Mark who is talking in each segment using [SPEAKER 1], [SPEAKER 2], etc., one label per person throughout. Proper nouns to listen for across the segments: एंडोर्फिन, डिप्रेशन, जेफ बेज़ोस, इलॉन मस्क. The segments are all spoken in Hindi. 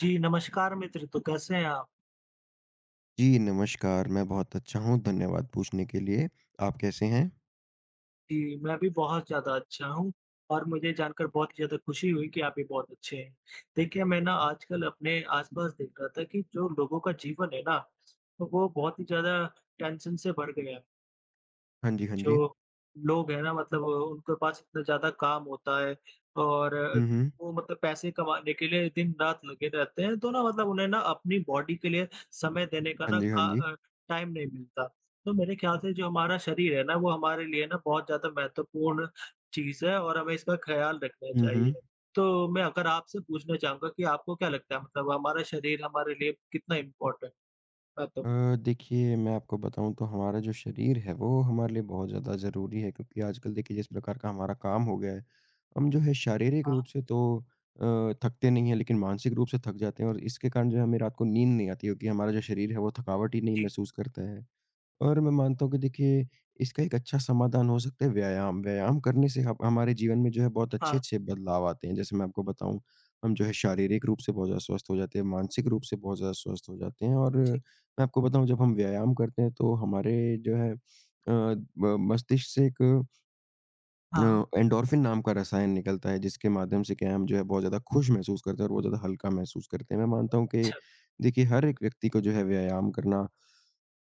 [SPEAKER 1] जी, नमस्कार मित्र। तो कैसे हैं आप?
[SPEAKER 2] जी, नमस्कार। मैं बहुत अच्छा हूँ, धन्यवाद पूछने के लिए। आप कैसे हैं?
[SPEAKER 1] जी, मैं भी बहुत ज़्यादा अच्छा हूँ और मुझे जानकर बहुत ही ज़्यादा खुशी हुई कि आप भी बहुत अच्छे हैं। देखिए, मैं ना आजकल अपने आस-पास देख रहा था कि जो लोगों का जीवन है ना, तो वो बहुत ही ज़्यादा टेंशन से भर गया है।
[SPEAKER 2] हाँ जी, हाँ जी।
[SPEAKER 1] जो लोग हैं ना मतलब उनके पास इतना ज़्यादा काम होता है और
[SPEAKER 2] हुँ, हुँ।
[SPEAKER 1] वो मतलब पैसे कमाने के लिए दिन-रात लगे रहते हैं, तो ना मतलब उन्हें ना अपनी बॉडी के लिए समय देने का
[SPEAKER 2] हाँ
[SPEAKER 1] ना
[SPEAKER 2] जी, हाँ
[SPEAKER 1] का
[SPEAKER 2] जी।
[SPEAKER 1] अ, टाइम नहीं मिलता। तो मेरे ख्याल से जो हमारा शरीर है ना, वो हमारे लिए ना बहुत ज़्यादा महत्वपूर्ण चीज़ है और हमें इसका ख़्याल रखना
[SPEAKER 2] हुँ,
[SPEAKER 1] चाहिए।
[SPEAKER 2] हुँ।
[SPEAKER 1] तो मैं अगर आपसे पूछना चाहूँगा कि आपको क्या लगता है मतलब हमारा शरीर हमारे लिए कितना इम्पोर्टेंट है? तो
[SPEAKER 2] देखिए मैं आपको बताऊँ तो हमारा जो शरीर है वो हमारे लिए बहुत ज़्यादा ज़रूरी है क्योंकि आजकल देखिए जिस प्रकार का हमारा काम हो गया है, हम जो है शारीरिक
[SPEAKER 1] हाँ,
[SPEAKER 2] रूप से तो अ, थकते नहीं हैं लेकिन मानसिक रूप से थक जाते हैं और इसके कारण जो है हमें रात को नींद नहीं आती क्योंकि हमारा जो शरीर है वो थकावट ही नहीं
[SPEAKER 1] जी।
[SPEAKER 2] महसूस करता है। और मैं मानता हूँ कि देखिए इसका एक अच्छा समाधान हो सकता है व्यायाम। व्यायाम करने से ह हमारे जीवन में जो है बहुत
[SPEAKER 1] हाँ,
[SPEAKER 2] अच्छे-अच्छे बदलाव आते हैं। जैसे मैं आपको बताऊँ हम जो है शारीरिक रूप से बहुत ज़्यादा स्वस्थ हो जाते हैं, मानसिक रूप से बहुत ज़्यादा स्वस्थ हो जाते हैं और
[SPEAKER 1] जी।
[SPEAKER 2] मैं आपको बताऊँ जब हम व्यायाम करते हैं तो हमारे जो है अ, ब मस्तिष्क से एक
[SPEAKER 1] हाँ।
[SPEAKER 2] एंडोर्फिन नाम का रसायन निकलता है जिसके माध्यम से क्या है हम जो है बहुत ज़्यादा खुश महसूस करते हैं और बहुत ज़्यादा हल्का महसूस करते हैं। मैं मानता हूँ कि
[SPEAKER 1] अच्छा।
[SPEAKER 2] देखिए हर एक व्यक्ति को जो है व्यायाम करना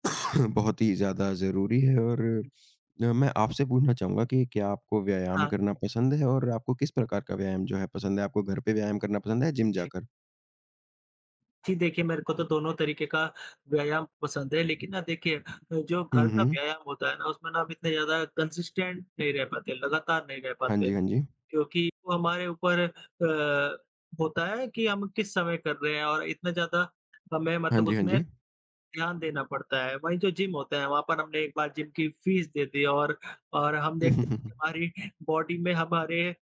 [SPEAKER 2] बहुत ही ज़्यादा ज़रूरी है और
[SPEAKER 1] हुँ।
[SPEAKER 2] मैं आपसे पूछना चाहूँगा कि क्या आपको व्यायाम
[SPEAKER 1] हाँ,
[SPEAKER 2] करना पसंद है और आपको किस प्रकार का व्यायाम जो है पसंद है? आपको घर पे व्यायाम करना पसंद है या जिम
[SPEAKER 1] जी।
[SPEAKER 2] जाकर?
[SPEAKER 1] जी, देखिए मेरे को तो दोनों तरीके का व्यायाम पसंद है, लेकिन ना देखिए जो घर
[SPEAKER 2] हुँ,
[SPEAKER 1] का
[SPEAKER 2] हुँ।
[SPEAKER 1] व्यायाम होता है ना उसमें ना हम इतने ज़्यादा कंसिस्टेंट नहीं रह पाते, लगातार नहीं रह
[SPEAKER 2] हाँ
[SPEAKER 1] पाते
[SPEAKER 2] जी, हाँ जी।
[SPEAKER 1] क्योंकि वो हमारे ऊपर होता है कि हम किस समय कर रहे हैं और इतना ज़्यादा हमें
[SPEAKER 2] हाँ
[SPEAKER 1] मतलब
[SPEAKER 2] जी, हाँ
[SPEAKER 1] उसमें
[SPEAKER 2] जी।
[SPEAKER 1] ध्यान देना पड़ता है। वहीं जो जिम होता है वहाँ पर हमने एक बार जिम की फीस दे दी और हम देखते हैं कि हमारी बॉडी में हमारे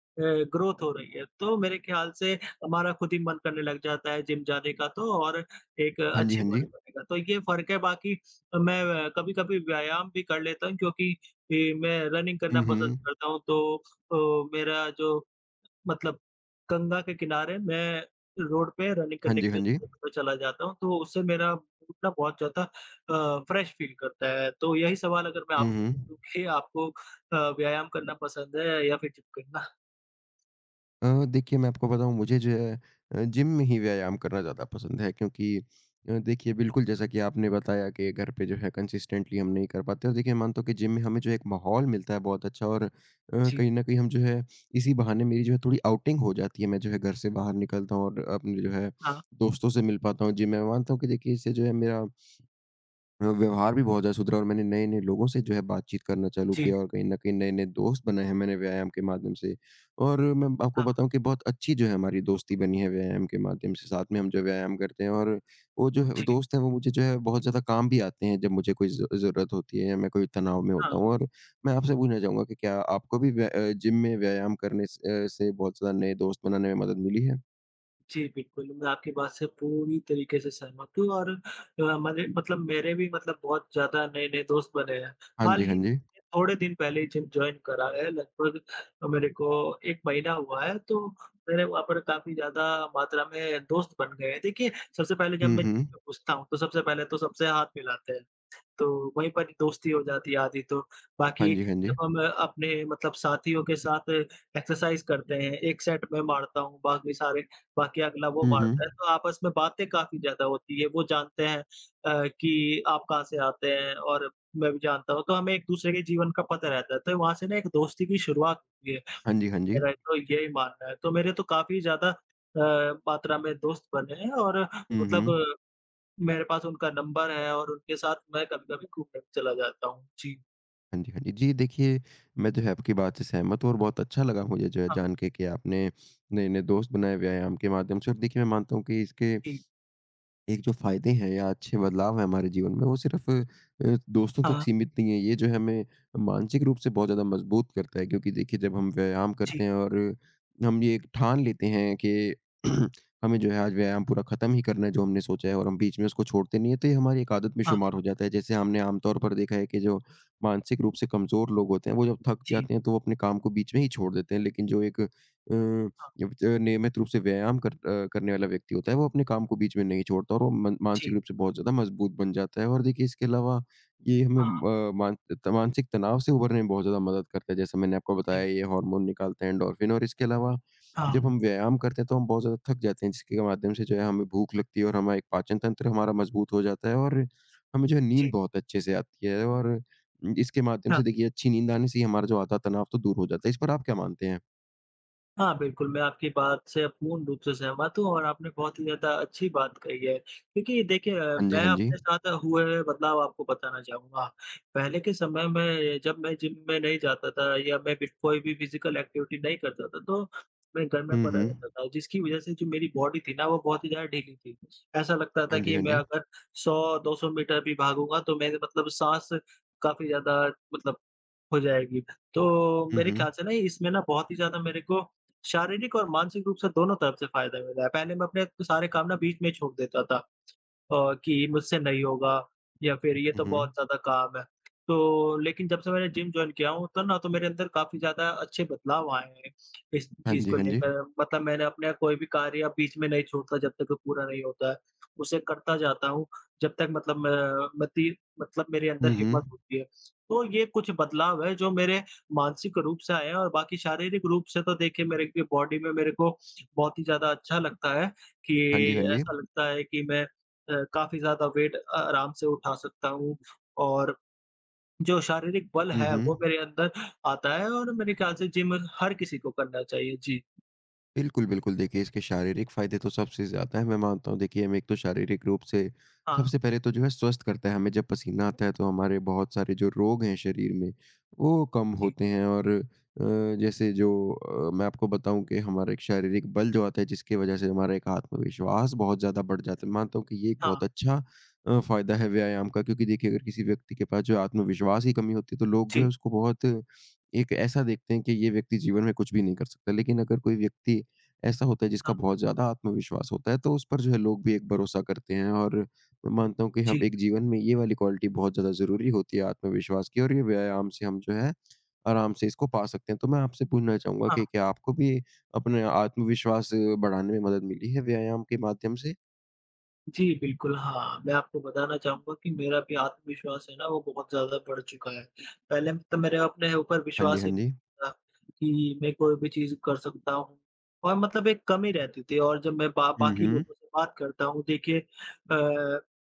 [SPEAKER 1] ग्रोथ हो रही है। तो मेरे ख़्याल से हमारा खुद ही मन करने लग जाता है जिम जाने का तो और एक
[SPEAKER 2] हाँ जी,
[SPEAKER 1] अच्छी
[SPEAKER 2] हाँ जी।
[SPEAKER 1] बॉडी बनेगा। तो ये फ़र्क है बाकी मैं कभी-कभी व्यायाम भी कर लेता हूँ क्योंकि मैं रनिंग करना
[SPEAKER 2] हुँ,
[SPEAKER 1] पसंद
[SPEAKER 2] हुँ।
[SPEAKER 1] करता हूँ तो मेरा जो मतलब गंगा के किनारे मैं रोड पे रनिंग
[SPEAKER 2] हाँ
[SPEAKER 1] करने
[SPEAKER 2] जी,
[SPEAKER 1] के
[SPEAKER 2] हाँ
[SPEAKER 1] लिए
[SPEAKER 2] जी। हुँ, हुँ। हाँ जी, हाँ जी।
[SPEAKER 1] सुबह-सुबह चला जाता हूँ, तो उससे मेरा मूड ना बहुत ज़्यादा फ्रेश फ़ील करता है। तो यही सवाल अगर मैं
[SPEAKER 2] हुँ,
[SPEAKER 1] आपसे
[SPEAKER 2] हुँ।
[SPEAKER 1] पूछूँ कि आपको व्यायाम करना पसंद है या फिर जिम करना?
[SPEAKER 2] देखिए मैं आपको बताऊँ मुझे जो है जिम में ही व्यायाम करना ज़्यादा पसंद है क्योंकि देखिए बिल्कुल जैसा कि आपने बताया कि घर पे जो है कंसिस्टेंटली हम नहीं कर पाते और देखिए मानता हूँ कि जिम में हमें जो एक माहौल मिलता है बहुत अच्छा और
[SPEAKER 1] जी।
[SPEAKER 2] कहीं न कहीं हम जो है इसी बहाने मेरी जो है थोड़ी आउटिंग हो जाती है। मैं जो है घर से बाहर निकलता हूँ और अपने जो है
[SPEAKER 1] हाँ,
[SPEAKER 2] दोस्तों से मिल पाता हूँ जिम में। मैं मानता हूँ कि देखिए इससे जो है मेरा व्यवहार भी बहुत ज़्यादा सुधरा और मैंने नए-नए लोगों से जो है बातचीत करना चालू
[SPEAKER 1] जी,
[SPEAKER 2] किया और कहीं न कहीं नए-नए दोस्त बनाए हैं मैंने व्यायाम के माध्यम से। और मैं आपको
[SPEAKER 1] हाँ,
[SPEAKER 2] बताऊँ कि बहुत अच्छी जो है हमारी दोस्ती बनी है व्यायाम के माध्यम से। साथ में हम जो व्यायाम करते हैं और वो जो है
[SPEAKER 1] जी।
[SPEAKER 2] दोस्त हैं वो मुझे जो है बहुत ज़्यादा काम भी आते हैं जब मुझे कोई ज़ ज़रूरत होती है या मैं कोई तनाव में होता
[SPEAKER 1] हाँ।
[SPEAKER 2] हूँ। और मैं आपसे पूछना चाहूँगा कि क्या आपको भी जिम में व्यायाम करने से बहुत ज़्यादा नए दोस्त बनाने में मदद मिली है?
[SPEAKER 1] जी, बिल्कुल, मैं आपकी बात से पूरी तरीके से सहमत हूँ और मने मतलब मेरे भी मतलब बहुत ज़्यादा नए-नए दोस्त बने हैं।
[SPEAKER 2] हाँ
[SPEAKER 1] हाल
[SPEAKER 2] जी, हाँ
[SPEAKER 1] ही में
[SPEAKER 2] जी।
[SPEAKER 1] थोड़े दिन पहले ही जिम जॉइन करा है, लगभग मेरे को 1 महीना हुआ है, तो मेरे वहाँ पर काफ़ी ज़्यादा मात्रा में दोस्त बन गए हैं। देखिए, सबसे पहले जब
[SPEAKER 2] हुँ,
[SPEAKER 1] मैं जिम
[SPEAKER 2] हुँ।
[SPEAKER 1] में घुसता हूँ, तो सबसे पहले तो सबसे हाथ मिलाते हैं। तो वहीं पर दोस्ती हो जाती है आधी तो।
[SPEAKER 2] हाँ
[SPEAKER 1] बाकी
[SPEAKER 2] जी, हाँ
[SPEAKER 1] जब
[SPEAKER 2] जी।
[SPEAKER 1] हम अपने मतलब साथियों के साथ एक्सरसाइज़ करते हैं, एक सेट मैं मारता हूँ, बाकी अगला वो
[SPEAKER 2] हुँ,
[SPEAKER 1] मारता है,
[SPEAKER 2] हुँ।
[SPEAKER 1] तो आपस में बातें काफ़ी ज़्यादा होती है। वो जानते हैं कि आप कहाँ से आते हैं और मैं भी जानता हूँ, तो हमें एक-दूसरे के जीवन का पता रहता है। तो वहाँ से ना एक दोस्ती की शुरुआत होती है,
[SPEAKER 2] हाँ जी, हाँ जी।
[SPEAKER 1] मेरा तो यही मानना है। तो मेरे तो काफ़ी ज़्यादा अ, मात्रा में दोस्त बने हैं और
[SPEAKER 2] हुँ, हुँ।
[SPEAKER 1] मतलब मेरे पास उनका नंबर है और उनके साथ मैं कभी-कभी घूमने भी चला जाता हूँ। जी,
[SPEAKER 2] हाँ जी, हाँ जी। जी, देखिए मैं जो है आपकी बात से सहमत हूँ और बहुत अच्छा लगा मुझे जो है
[SPEAKER 1] हाँ,
[SPEAKER 2] जान के कि आपने नए-नए दोस्त बनाए व्यायाम के माध्यम से और देखिए मैं मानता हूँ कि इसके
[SPEAKER 1] जी,
[SPEAKER 2] एक जो फ़ायदे हैं या अच्छे बदलाव हैं हमारे जीवन में, वो सिर्फ़ दोस्तों तक
[SPEAKER 1] हाँ,
[SPEAKER 2] सीमित नहीं है। ये जो है हमें मानसिक रूप से बहुत ज़्यादा मजबूत करता है क्योंकि देखिए जब हम व्यायाम करते
[SPEAKER 1] जी,
[SPEAKER 2] हैं और हम ये ठान लेते हैं कि हमें जो है आज व्यायाम पूरा ख़त्म ही करना है जो हमने सोचा है और हम बीच में उसको छोड़ते नहीं हैं, तो ये हमारी एक आदत में
[SPEAKER 1] हाँ,
[SPEAKER 2] शुमार हो जाता है। जैसे हमने आमतौर पर देखा है कि जो मानसिक रूप से कमज़ोर लोग होते हैं, वो जब थक
[SPEAKER 1] जी,
[SPEAKER 2] जाते हैं तो वो अपने काम को बीच में ही छोड़ देते हैं। लेकिन जो एक अ
[SPEAKER 1] हाँ,
[SPEAKER 2] जब ज नियमित रूप से व्यायाम करने वाला व्यक्ति होता है, वो अपने काम को बीच में नहीं छोड़ता और वो मन मानसिक
[SPEAKER 1] जी,
[SPEAKER 2] रूप से बहुत ज़्यादा मजबूत बन जाता है और देखिए इसके अलावा ये हमें
[SPEAKER 1] हाँ,
[SPEAKER 2] मानसिक तनाव से उभरने में बहुत ज़्यादा मदद करता है। जैसा मैंने आपको बताया
[SPEAKER 1] जी,
[SPEAKER 2] ये हार्मोन निकालते हैं एंडोर्फिन और इसके अलावा
[SPEAKER 1] हाँ,
[SPEAKER 2] जब हम व्यायाम करते हैं तो हम बहुत ज़्यादा थक जाते हैं, जिसके माध्यम से जो है हमें भूख लगती है और हमारा एक पाचन तंत्र हमारा मजबूत हो जाता है और हमें जो है नींद
[SPEAKER 1] जी,
[SPEAKER 2] बहुत अच्छे से आती है और इसके माध्यम
[SPEAKER 1] हाँ।
[SPEAKER 2] से देखिए अच्छी नींद आने से ही हमारा जो आधा तनाव तो दूर हो जाता है। इस पर आप क्या मानते हैं?
[SPEAKER 1] हाँ, बिल्कुल, मैं आपकी बात से पूर्ण रूप से सहमत हूँ और आपने बहुत ही ज़्यादा अच्छी बात कही है। क्योंकि देखिए
[SPEAKER 2] हाँ जी,
[SPEAKER 1] मैं
[SPEAKER 2] हाँ जी।
[SPEAKER 1] अपने साथ हुए हुए बदलाव आपको बताना चाहूँगा। पहले के समय में जब मैं जिम में नहीं जाता था या मैं भी कोई भी फिज़िकल एक्टिविटी नहीं करता था, तो मैं घर में
[SPEAKER 2] हुँ,
[SPEAKER 1] पड़ा
[SPEAKER 2] हुँ।
[SPEAKER 1] रहता था, जिसकी वज़ह से जो मेरी बॉडी थी ना, वो बहुत ही ज़्यादा ढीली थी। ऐसा लगता था
[SPEAKER 2] हाँ जी,
[SPEAKER 1] कि
[SPEAKER 2] हाँ
[SPEAKER 1] मैं
[SPEAKER 2] जी।
[SPEAKER 1] अगर 100-200 मीटर भी भागूँगा, तो मेरे मतलब साँस काफ़ी ज़्यादा मतलब हो जाएगी। तो
[SPEAKER 2] हुँ,
[SPEAKER 1] मेरे
[SPEAKER 2] हुँ।
[SPEAKER 1] ख़्याल से ना इसमें ना बहुत ही ज़्यादा मेरे को शारीरिक और मानसिक रूप से दोनों तरफ से फ़ायदा मिला है। पहले मैं अपने सारे काम ना बीच में ही छोड़ देता था। कि मुझसे नहीं होगा या फिर ये
[SPEAKER 2] हुँ,
[SPEAKER 1] तो बहुत
[SPEAKER 2] हुँ।
[SPEAKER 1] ज़्यादा काम है। तो लेकिन जब से मैंने जिम जॉइन किया हूँ तो ना तो मेरे अंदर काफ़ी ज़्यादा अच्छे बदलाव आए हैं इस
[SPEAKER 2] हाँ
[SPEAKER 1] चीज़
[SPEAKER 2] जी,
[SPEAKER 1] को
[SPEAKER 2] हाँ जी।
[SPEAKER 1] लेकर। मतलब मैंने अपना कोई भी कार्य बीच में नहीं छोड़ता जब तक वो पूरा नहीं होता है। उसे करता जाता हूँ जब तक मतलब मैं ती मतलब मेरे अंदर
[SPEAKER 2] हुँ,
[SPEAKER 1] हिम्मत
[SPEAKER 2] हुँ।
[SPEAKER 1] होती है। तो ये कुछ बदलाव है जो मेरे मानसिक रूप से आए हैं और बाकी शारीरिक रूप से तो देखिए मेरे बॉडी में मेरे को बहुत ही ज़्यादा अच्छा लगता है कि
[SPEAKER 2] हाँ जी, हाँ जी।
[SPEAKER 1] ऐसा लगता है कि मैं काफ़ी ज़्यादा वेट आराम से उठा सकता हूँ और जो शारीरिक बल
[SPEAKER 2] हुँ,
[SPEAKER 1] है
[SPEAKER 2] हुँ।
[SPEAKER 1] वो मेरे अंदर आता है और मेरे ख्याल से जिम हर किसी को करना चाहिए। जी,
[SPEAKER 2] बिल्कुल, बिल्कुल। देखिए, इसके शारीरिक फ़ायदे तो सबसे ज़्यादा हैं, मैं मानता हूँ। देखिए, हमें एक तो शारीरिक रूप से
[SPEAKER 1] हाँ,
[SPEAKER 2] सबसे पहले तो जो है स्वस्थ करता है। हमें जब पसीना आता है, तो हमारे बहुत सारे जो रोग हैं शरीर में, वो कम
[SPEAKER 1] जी,
[SPEAKER 2] होते हैं और अ, जैसे जो मैं आपको बताऊँ कि हमारा एक शारीरिक बल जो आता है, जिसकी वजह से हमारा एक आत्मविश्वास बहुत ज़्यादा बढ़ जाता है। मानता हूँ कि ये एक
[SPEAKER 1] हाँ,
[SPEAKER 2] बहुत अच्छा फ़ायदा है व्यायाम का क्योंकि देखिए, अगर किसी व्यक्ति के पास जो आत्मविश्वास की कमी होती है, तो लोग जो है
[SPEAKER 1] जी,
[SPEAKER 2] उसको बहुत एक ऐसा देखते हैं कि ये व्यक्ति जीवन में कुछ भी नहीं कर सकता। लेकिन अगर कोई व्यक्ति ऐसा होता है
[SPEAKER 1] हाँ,
[SPEAKER 2] जिसका बहुत ज़्यादा आत्मविश्वास होता है, तो उस पर जो है लोग भी एक भरोसा करते हैं और मैं मानता हूँ कि हम
[SPEAKER 1] जी,
[SPEAKER 2] एक जीवन में ये वाली क्वालिटी बहुत ज़्यादा ज़रूरी होती है आत्मविश्वास की और ये व्यायाम से हम जो है, आराम से इसको पा सकते हैं। तो मैं आपसे पूछना चाहूँगा
[SPEAKER 1] हाँ।
[SPEAKER 2] कि क्या आपको भी अपने आत्मविश्वास बढ़ाने में मदद मिली है व्यायाम के माध्यम से?
[SPEAKER 1] जी, बिल्कुल, हाँ, मैं आपको बताना चाहूँगा कि मेरा भी आत्मविश्वास है ना वो बहुत ज़्यादा बढ़ चुका है। पहले तो मेरे अपने ऊपर
[SPEAKER 2] हाँ जी,
[SPEAKER 1] विश्वास
[SPEAKER 2] हाँ
[SPEAKER 1] ही नहीं
[SPEAKER 2] जी।
[SPEAKER 1] था कि मैं कोई भी चीज़ कर सकता हूँ और मतलब एक कमी रहती थी और जब मैं बा
[SPEAKER 2] हुँ,
[SPEAKER 1] बाकी
[SPEAKER 2] हुँ।
[SPEAKER 1] लोगों से बात करता हूँ देखिए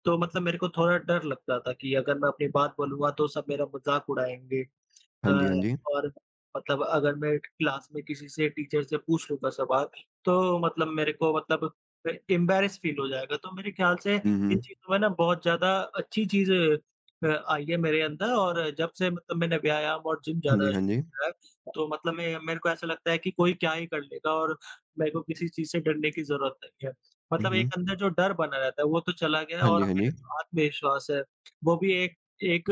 [SPEAKER 1] तो मतलब मेरे को थोड़ा डर लगता था कि अगर मैं अपनी बात बोलूँगा तो सब मेरा मज़ाक उड़ाएँगे।
[SPEAKER 2] हाँ जी,
[SPEAKER 1] अ,
[SPEAKER 2] हाँ जी।
[SPEAKER 1] और मतलब अगर मैं क्लास में किसी से टीचर से पूछ लूँगा सवाल, तो मतलब मेरे को मतलब एम्बैरेस फ़ील हो जाएगा, तो मेरे ख़्याल से
[SPEAKER 2] हुँ,
[SPEAKER 1] इन
[SPEAKER 2] हुँ।
[SPEAKER 1] चीज़ों में ना बहुत ज़्यादा अच्छी चीज़ आई है मेरे अंदर और जब से मतलब मैंने व्यायाम और जिम
[SPEAKER 2] हाँ
[SPEAKER 1] जाना
[SPEAKER 2] जी, हाँ
[SPEAKER 1] शुरू
[SPEAKER 2] जी।
[SPEAKER 1] किया है, तो मतलब मैं मेरे को ऐसा लगता है कि कोई क्या ही कर लेगा और मेरे को किसी चीज़ से डरने की ज़रूरत नहीं है।
[SPEAKER 2] हुँ,
[SPEAKER 1] मतलब
[SPEAKER 2] हुँ।
[SPEAKER 1] एक अंदर जो डर बना रहता है, वो तो चला गया
[SPEAKER 2] हाँ जी,
[SPEAKER 1] और
[SPEAKER 2] हाँ
[SPEAKER 1] मेरा
[SPEAKER 2] जी।
[SPEAKER 1] जो आत्मविश्वास है, वो भी एक एक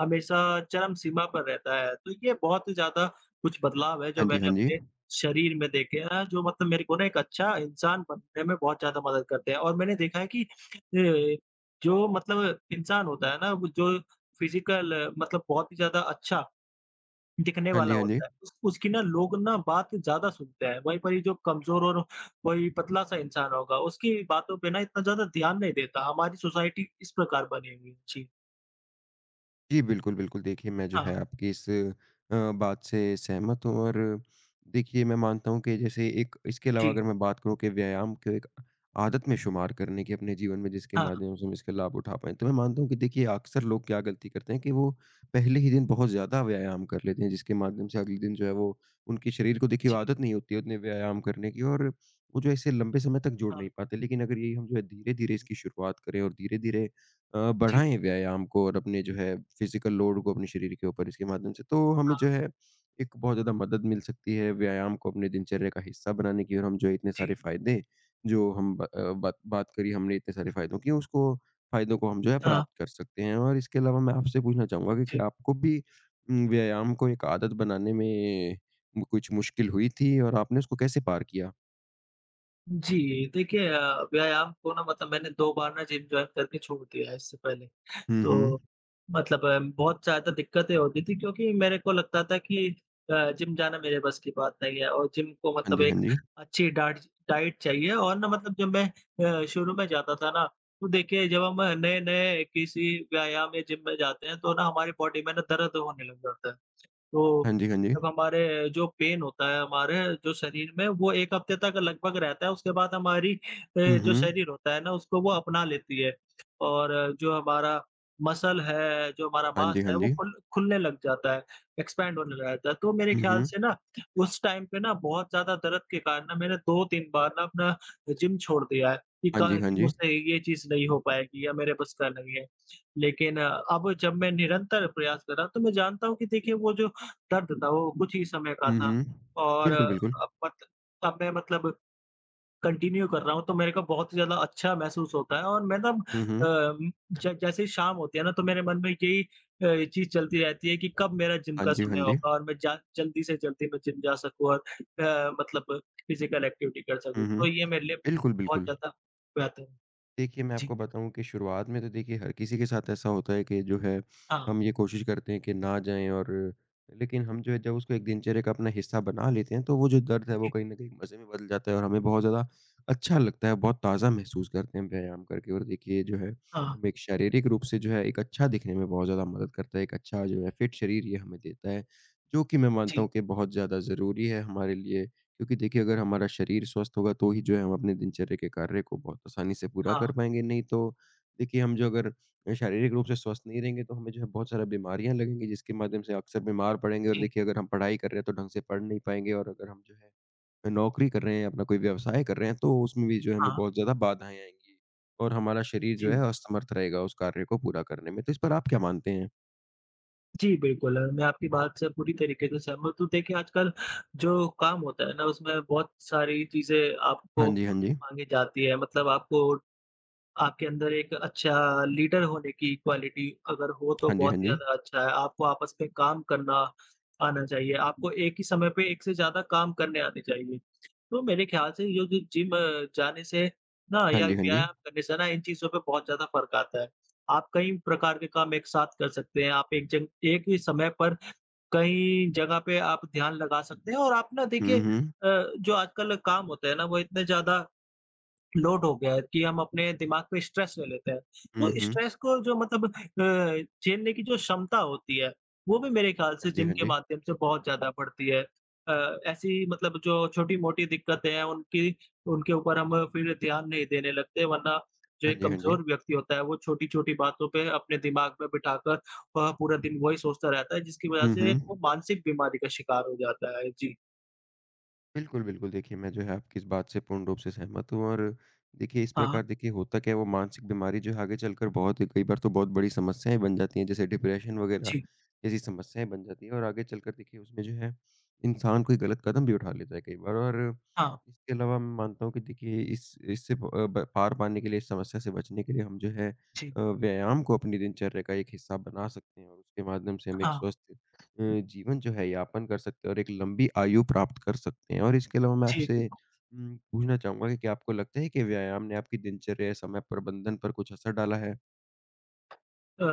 [SPEAKER 1] हमेशा चरम सीमा पर रहता है। तो ये बहुत ही ज़्यादा कुछ बदलाव है जो
[SPEAKER 2] हाँ जी,
[SPEAKER 1] मैंने
[SPEAKER 2] हाँ जी।
[SPEAKER 1] अपने शरीर में देखे हैं जो मतलब मेरे को ना एक अच्छा इंसान बनने में बहुत ज़्यादा मदद करते हैं। और मैंने देखा है कि जो मतलब इंसान होता है ना वो जो फ़िज़िकल मतलब बहुत ही ज़्यादा अच्छा दिखने
[SPEAKER 2] हाँ
[SPEAKER 1] वाला
[SPEAKER 2] जी, हाँ जी।
[SPEAKER 1] होता है, उस उसकी ना लोग ना बात ज़्यादा सुनते हैं। वहीं पर ये जो कमज़ोर और वही पतला-सा इंसान होगा उसकी बातों पे ना इतना ज़्यादा ध्यान नहीं देता। हमारी सोसाइटी इस प्रकार बनी हुई है। जी।
[SPEAKER 2] जी, बिल्कुल, बिल्कुल। देखिए, मैं जो है
[SPEAKER 1] हाँ।
[SPEAKER 2] आपकी इस बात से सहमत हूँ और देखिए, मैं मानता हूँ कि जैसे एक इसके अलावा
[SPEAKER 1] जी।
[SPEAKER 2] अगर मैं बात करूँ कि व्यायाम को एक आदत में शुमार करने की अपने जीवन में जिसके
[SPEAKER 1] हाँ।
[SPEAKER 2] माध्यम से हम इसका लाभ उठा पाएँ, तो मैं मानता हूँ कि देखिए अक्सर लोग क्या गलती करते हैं कि वो पहले ही दिन बहुत ज़्यादा व्यायाम कर लेते हैं, जिसके माध्यम से अगले दिन जो है वो उनके शरीर को देखिए
[SPEAKER 1] जी।
[SPEAKER 2] आदत नहीं होती है उतने व्यायाम करने की और वो जो है इसे लंबे समय तक जोड़
[SPEAKER 1] हाँ।
[SPEAKER 2] नहीं पाते। लेकिन अगर यही हम जो है धीरे-धीरे इसकी शुरुआत करें और धीरे-धीरे
[SPEAKER 1] जी,
[SPEAKER 2] बढ़ाएँ व्यायाम को और अपने जो है फ़िज़िकल लोड को अपने शरीर के ऊपर इसके माध्यम से, तो हमें
[SPEAKER 1] हाँ,
[SPEAKER 2] जो है एक बहुत ज़्यादा मदद मिल सकती है व्यायाम को अपने दिनचर्या का हिस्सा बनाने की और हम जो है इतने
[SPEAKER 1] जी,
[SPEAKER 2] सारे फ़ायदे जो हम ब अ, बात बात करी हमने इतने सारे फ़ायदों की, उसको फ़ायदों को हम जो है
[SPEAKER 1] हाँ,
[SPEAKER 2] प्राप्त कर सकते हैं। और इसके अलावा मैं आपसे पूछना चाहूँगा कि
[SPEAKER 1] जी।
[SPEAKER 2] क्या आपको भी व्यायाम को एक आदत बनाने में कुछ मुश्किल हुई थी और आपने उसको कैसे पार किया?
[SPEAKER 1] जी, देखिए व्यायाम को ना मतलब मैंने 2 बार ना जिम जॉइन करके छोड़ दिया है इससे पहले।
[SPEAKER 2] हुँ, हुँ।
[SPEAKER 1] तो मतलब बहुत ज़्यादा दिक्कतें होती थी क्योंकि मेरे को लगता था कि जिम जाना मेरे बस की बात नहीं है और जिम को
[SPEAKER 2] हाँ
[SPEAKER 1] मतलब
[SPEAKER 2] जी, हाँ
[SPEAKER 1] एक
[SPEAKER 2] जी।
[SPEAKER 1] अच्छी डाट डाइट चाहिए और ना मतलब जब मैं शुरू में जाता था ना, तो देखिए जब हम नए-नए किसी व्यायाम या जिम में जाते हैं तो ना हमारी बॉडी में ना दर्द होने लग जाता है। तो
[SPEAKER 2] हाँ जी, हाँ जी।
[SPEAKER 1] जब हमारे जो पेन होता है हमारे जो शरीर में वो 1 हफ्ते तक लगभग रहता है, उसके बाद हमारी
[SPEAKER 2] हुँ,
[SPEAKER 1] जो
[SPEAKER 2] हुँ।
[SPEAKER 1] शरीर होता है ना उसको वो अपना लेती है और जो हमारा मसल है, जो हमारा
[SPEAKER 2] हाँ
[SPEAKER 1] मांस
[SPEAKER 2] जी, हाँ
[SPEAKER 1] है वो
[SPEAKER 2] जी।
[SPEAKER 1] खुलने लग जाता है, एक्सपैंड होने लगता है। तो मेरे
[SPEAKER 2] हुँ,
[SPEAKER 1] ख्याल
[SPEAKER 2] हुँ।
[SPEAKER 1] से ना उस टाइम पे ना बहुत ज़्यादा दर्द के कारण ना मैंने 2-3 बार ना अपना जिम छोड़ दिया है कि
[SPEAKER 2] हाँ
[SPEAKER 1] का
[SPEAKER 2] जी, हाँ
[SPEAKER 1] कि
[SPEAKER 2] जी।
[SPEAKER 1] मुझसे ये चीज़ नहीं हो पाएगी या मेरे बस का नहीं है। लेकिन अब जब मैं निरंतर प्रयास कर रहा, तो मैं जानता हूँ कि देखिए वो जो दर्द था वो कुछ ही समय का
[SPEAKER 2] हुँ,
[SPEAKER 1] था
[SPEAKER 2] हुँ।
[SPEAKER 1] और
[SPEAKER 2] बिल्कुल, बिल्कुल।
[SPEAKER 1] अब मत अब मैं मतलब कंटिन्यू कर रहा हूँ तो मेरे को बहुत ही ज़्यादा अच्छा महसूस होता है और मैं ना
[SPEAKER 2] हुँ, हुँ।
[SPEAKER 1] ज जैसे ही शाम होती है ना तो मेरे मन में यही चीज़ चलती रहती है कि कब मेरा जिम
[SPEAKER 2] हाँ
[SPEAKER 1] का
[SPEAKER 2] जी,
[SPEAKER 1] समय
[SPEAKER 2] हाँ जी।
[SPEAKER 1] होगा और मैं जा जल्दी से जल्दी मैं जिम जा सकूँ और मतलब फिज़िकल एक्टिविटी कर सकूँ।
[SPEAKER 2] हुँ,
[SPEAKER 1] तो
[SPEAKER 2] हुँ।
[SPEAKER 1] ये मेरे लिए
[SPEAKER 2] बिल्कुल,
[SPEAKER 1] बहुत
[SPEAKER 2] बिल्कुल।
[SPEAKER 1] ज़्यादा बेहतर है।
[SPEAKER 2] देखिए, मैं
[SPEAKER 1] जी,
[SPEAKER 2] आपको बताऊँ कि शुरुआत में तो देखिए हर किसी के साथ ऐसा होता है कि जो है,
[SPEAKER 1] हाँ,
[SPEAKER 2] हम ये कोशिश करते हैं कि ना जाएँ और लेकिन हम जो है जब उसको एक दिनचर्या का अपना हिस्सा बना लेते हैं, तो वो जो दर्द है वो
[SPEAKER 1] जी,
[SPEAKER 2] कहीं न कहीं मज़े में बदल जाता है और हमें बहुत ज़्यादा अच्छा लगता है, बहुत ताज़ा महसूस करते हैं व्यायाम करके और देखिए जो है,
[SPEAKER 1] हाँ,
[SPEAKER 2] हमें एक शारीरिक रूप से जो है एक अच्छा दिखने में बहुत ज़्यादा मदद करता है, एक अच्छा जो है फिट शरीर ये हमें देता है, जो कि मैं मानता
[SPEAKER 1] जी,
[SPEAKER 2] हूँ कि बहुत ज़्यादा ज़रूरी है हमारे लिए। क्योंकि देखिए अगर हमारा शरीर स्वस्थ होगा तो ही जो है हम अपने दिनचर्या के कार्य को बहुत आसानी से पूरा
[SPEAKER 1] हाँ,
[SPEAKER 2] कर पाएँगे, नहीं तो देखिए हम जो अगर शारीरिक रूप से स्वस्थ नहीं रहेंगे तो हमें जो है बहुत सारा बीमारियाँ लगेंगी जिसके माध्यम से अक्सर बीमार पड़ेंगे और
[SPEAKER 1] जी,
[SPEAKER 2] देखिए अगर हम पढ़ाई कर रहे हैं तो ढंग से पढ़ नहीं पाएँगे और अगर हम जो है नौकरी कर रहे हैं, अपना कोई व्यवसाय कर रहे हैं तो उसमें भी जो है हमें
[SPEAKER 1] हाँ,
[SPEAKER 2] बहुत ज़्यादा बाधाएँ आएँगी और हमारा शरीर
[SPEAKER 1] जी।
[SPEAKER 2] जो है असमर्थ रहेगा उस कार्य को पूरा करने में। तो इस पर आप क्या मानते हैं?
[SPEAKER 1] जी, बिल्कुल और मैं आपकी बात से पूरी तरीके से सहमत हूँ। देखिए, आजकल जो काम होता है ना, उसमें बहुत सारी चीज़ें
[SPEAKER 2] हाँ
[SPEAKER 1] आपको
[SPEAKER 2] जी, हाँ जी।
[SPEAKER 1] माँगी जाती है। मतलब आपको आपके अंदर एक अच्छा लीडर होने की क्वालिटी अगर हो तो
[SPEAKER 2] हाँ जी,
[SPEAKER 1] बहुत
[SPEAKER 2] हाँ
[SPEAKER 1] ही
[SPEAKER 2] जी।
[SPEAKER 1] ज़्यादा अच्छा है। आपको आपस में काम करना आना चाहिए, आपको एक ही समय पे एक से ज़्यादा काम करने आने चाहिए। तो मेरे ख़्याल से ये जो जिम जाने से ना
[SPEAKER 2] हाँ
[SPEAKER 1] या
[SPEAKER 2] जी, हाँ जी।
[SPEAKER 1] व्यायाम करने से ना इन चीज़ों पे बहुत ज़्यादा फ़र्क आता है। आप कई प्रकार के काम एक साथ कर सकते हैं, आप एक ही समय पर कई जगह पे आप ध्यान लगा सकते हैं और आप ना देखिए
[SPEAKER 2] हुँ, हुँ।
[SPEAKER 1] जो आजकल काम होते हैं ना वो इतने ज़्यादा लोड हो गया है कि हम अपने दिमाग पे स्ट्रेस ले लेते हैं।
[SPEAKER 2] हुँ,
[SPEAKER 1] तो
[SPEAKER 2] हुँ।
[SPEAKER 1] स्ट्रेस को जो मतलब झेलने की जो क्षमता होती है, वो भी मेरे ख़्याल से
[SPEAKER 2] हाँ जी,
[SPEAKER 1] जिम
[SPEAKER 2] हाँ
[SPEAKER 1] के
[SPEAKER 2] जी।
[SPEAKER 1] माध्यम से बहुत ज़्यादा बढ़ती है। ऐसी मतलब जो छोटी-मोटी दिक्कतें हैं उनकी उनके ऊपर हम फिर ध्यान नहीं देने लगते वरना जो
[SPEAKER 2] हाँ
[SPEAKER 1] एक
[SPEAKER 2] जी, हाँ जी।
[SPEAKER 1] कमज़ोर व्यक्ति होता है वो छोटी-छोटी बातों पे अपने दिमाग में बिठाकर वह पूरा दिन वही सोचता रहता है जिसकी वज़ह
[SPEAKER 2] हुँ,
[SPEAKER 1] से वो
[SPEAKER 2] हुँ।
[SPEAKER 1] मानसिक बीमारी का शिकार हो जाता है। जी।
[SPEAKER 2] बिल्कुल, बिल्कुल। देखिए, मैं जो है आपकी इस बात से पूर्ण रूप से सहमत हूँ और देखिए इस
[SPEAKER 1] हाँ,
[SPEAKER 2] प्रकार देखिए होता क्या है वो मानसिक बीमारी जो है आगे चलकर बहुत कई बार तो बहुत बड़ी समस्याएँ बन जाती हैं, जैसे डिप्रेशन वग़ैरह
[SPEAKER 1] जी।
[SPEAKER 2] जैसी समस्याएँ बन जाती हैं और आगे चलकर देखिए उसमें जो है इंसान कोई गलत कदम भी उठा लेता है कई बार और
[SPEAKER 1] हाँ,
[SPEAKER 2] इसके अलावा मैं मानता हूँ कि देखिए इस इससे प अ, ब पार पाने के लिए, इस समस्या से बचने के लिए हम जो है
[SPEAKER 1] जी।
[SPEAKER 2] व्यायाम को अपनी दिनचर्या का एक हिस्सा बना सकते हैं और उसके माध्यम से हम एक
[SPEAKER 1] हाँ।
[SPEAKER 2] स्वस्थ जीवन जो है यापन कर सकते हैं और एक लंबी आयु प्राप्त कर सकते हैं। और इसके अलावा मैं
[SPEAKER 1] जी।
[SPEAKER 2] आपसे पूछना चाहूँगा कि क्या आपको लगता है कि व्यायाम ने आपकी दिनचर्या या समय प्रबंधन पर कुछ असर डाला है?
[SPEAKER 1] अ,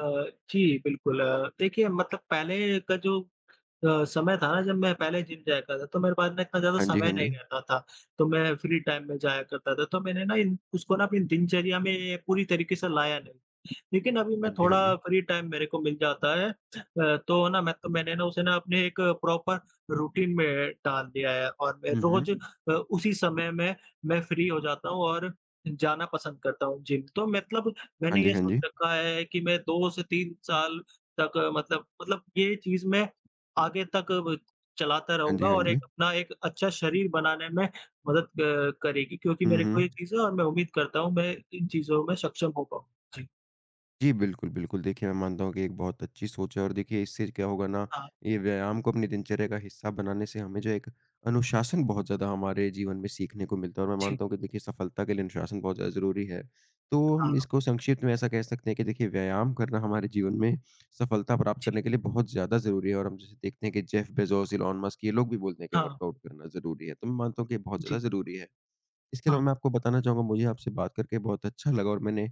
[SPEAKER 1] जी, बिल्कुल देखिए मतलब पहले का जो समय था ना जब मैं पहले जिम जाया करता था, तो मेरे पास ना इतना ज़्यादा
[SPEAKER 2] हाँ जी,
[SPEAKER 1] समय
[SPEAKER 2] हाँ
[SPEAKER 1] नहीं
[SPEAKER 2] जी।
[SPEAKER 1] रहता था, तो मैं फ्री टाइम में जाया करता था। तो मैंने ना इन उसको ना अपनी दिनचर्या में पूरी तरीके से लाया नहीं। लेकिन अभी मैं
[SPEAKER 2] हाँ जी, हाँ
[SPEAKER 1] थोड़ा
[SPEAKER 2] जी।
[SPEAKER 1] फ्री टाइम मेरे को मिल जाता है तो ना मैंने ना उसे ना अपने एक प्रॉपर रूटीन में डाल दिया है और मैं
[SPEAKER 2] हुँ,
[SPEAKER 1] रोज
[SPEAKER 2] हुँ।
[SPEAKER 1] उसी समय में मैं फ्री हो जाता हूँ और जाना पसंद करता हूँ जिम। तो मतलब
[SPEAKER 2] हाँ
[SPEAKER 1] मैंने
[SPEAKER 2] जी,
[SPEAKER 1] ये
[SPEAKER 2] हाँ
[SPEAKER 1] सोच
[SPEAKER 2] जी।
[SPEAKER 1] रखा है कि मैं 2 से 3 साल तक मतलब ये चीज़ मैं आगे तक ब चलाता
[SPEAKER 2] हाँ
[SPEAKER 1] रहूँगा
[SPEAKER 2] जी, हाँ
[SPEAKER 1] और एक
[SPEAKER 2] जी।
[SPEAKER 1] अपना एक अच्छा शरीर बनाने में मदद क करेगी क्योंकि
[SPEAKER 2] हुँ,
[SPEAKER 1] मेरे को ये
[SPEAKER 2] हुँ।
[SPEAKER 1] चीज़ है और मैं उम्मीद करता हूँ मैं इन चीज़ों में सक्षम हो पाऊँ। जी।
[SPEAKER 2] जी, बिल्कुल, बिल्कुल। देखिए, मैं मानता हूँ कि एक बहुत अच्छी सोच है और देखिए इससे क्या होगा ना,
[SPEAKER 1] हाँ।
[SPEAKER 2] ये व्यायाम को अपनी दिनचर्या का हिस्सा बनाने से हमें जो एक अनुशासन बहुत ज़्यादा हमारे जीवन में सीखने को मिलता है और मैं
[SPEAKER 1] जी,
[SPEAKER 2] मानता हूँ कि देखिए सफलता के लिए अनुशासन बहुत ज़्यादा ज़रूरी है। तो हम
[SPEAKER 1] हाँ,
[SPEAKER 2] इसको संक्षिप्त में ऐसा कह सकते हैं कि देखिए व्यायाम करना हमारे जीवन में सफलता प्राप्त
[SPEAKER 1] जी,
[SPEAKER 2] करने के लिए बहुत ज़्यादा ज़रूरी है और हम जैसे देखते हैं कि जेफ बेज़ोस, इलॉन मस्क ये लोग भी बोलते हैं कि
[SPEAKER 1] हाँ,
[SPEAKER 2] वर्कआउट करना ज़रूरी है। तो मैं मानता हूँ कि ये बहुत ज़्यादा
[SPEAKER 1] जी,
[SPEAKER 2] ज़रूरी है। इसके
[SPEAKER 1] हाँ,
[SPEAKER 2] अलावा मैं आपको बताना चाहूँगा, मुझे आपसे बात करके बहुत अच्छा लगा और मैंने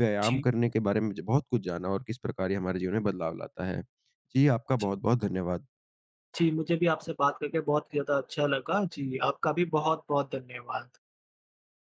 [SPEAKER 2] व्यायाम
[SPEAKER 1] जी,
[SPEAKER 2] करने के बारे में ज बहुत कुछ जाना और किस प्रकार ये हमारे जीवन में बदलाव लाता है। जी, आपका
[SPEAKER 1] जी,
[SPEAKER 2] बहुत-बहुत धन्यवाद।
[SPEAKER 1] जी, मुझे भी आपसे बात करके बहुत ही ज़्यादा अच्छा लगा। जी, आपका भी बहुत-बहुत धन्यवाद।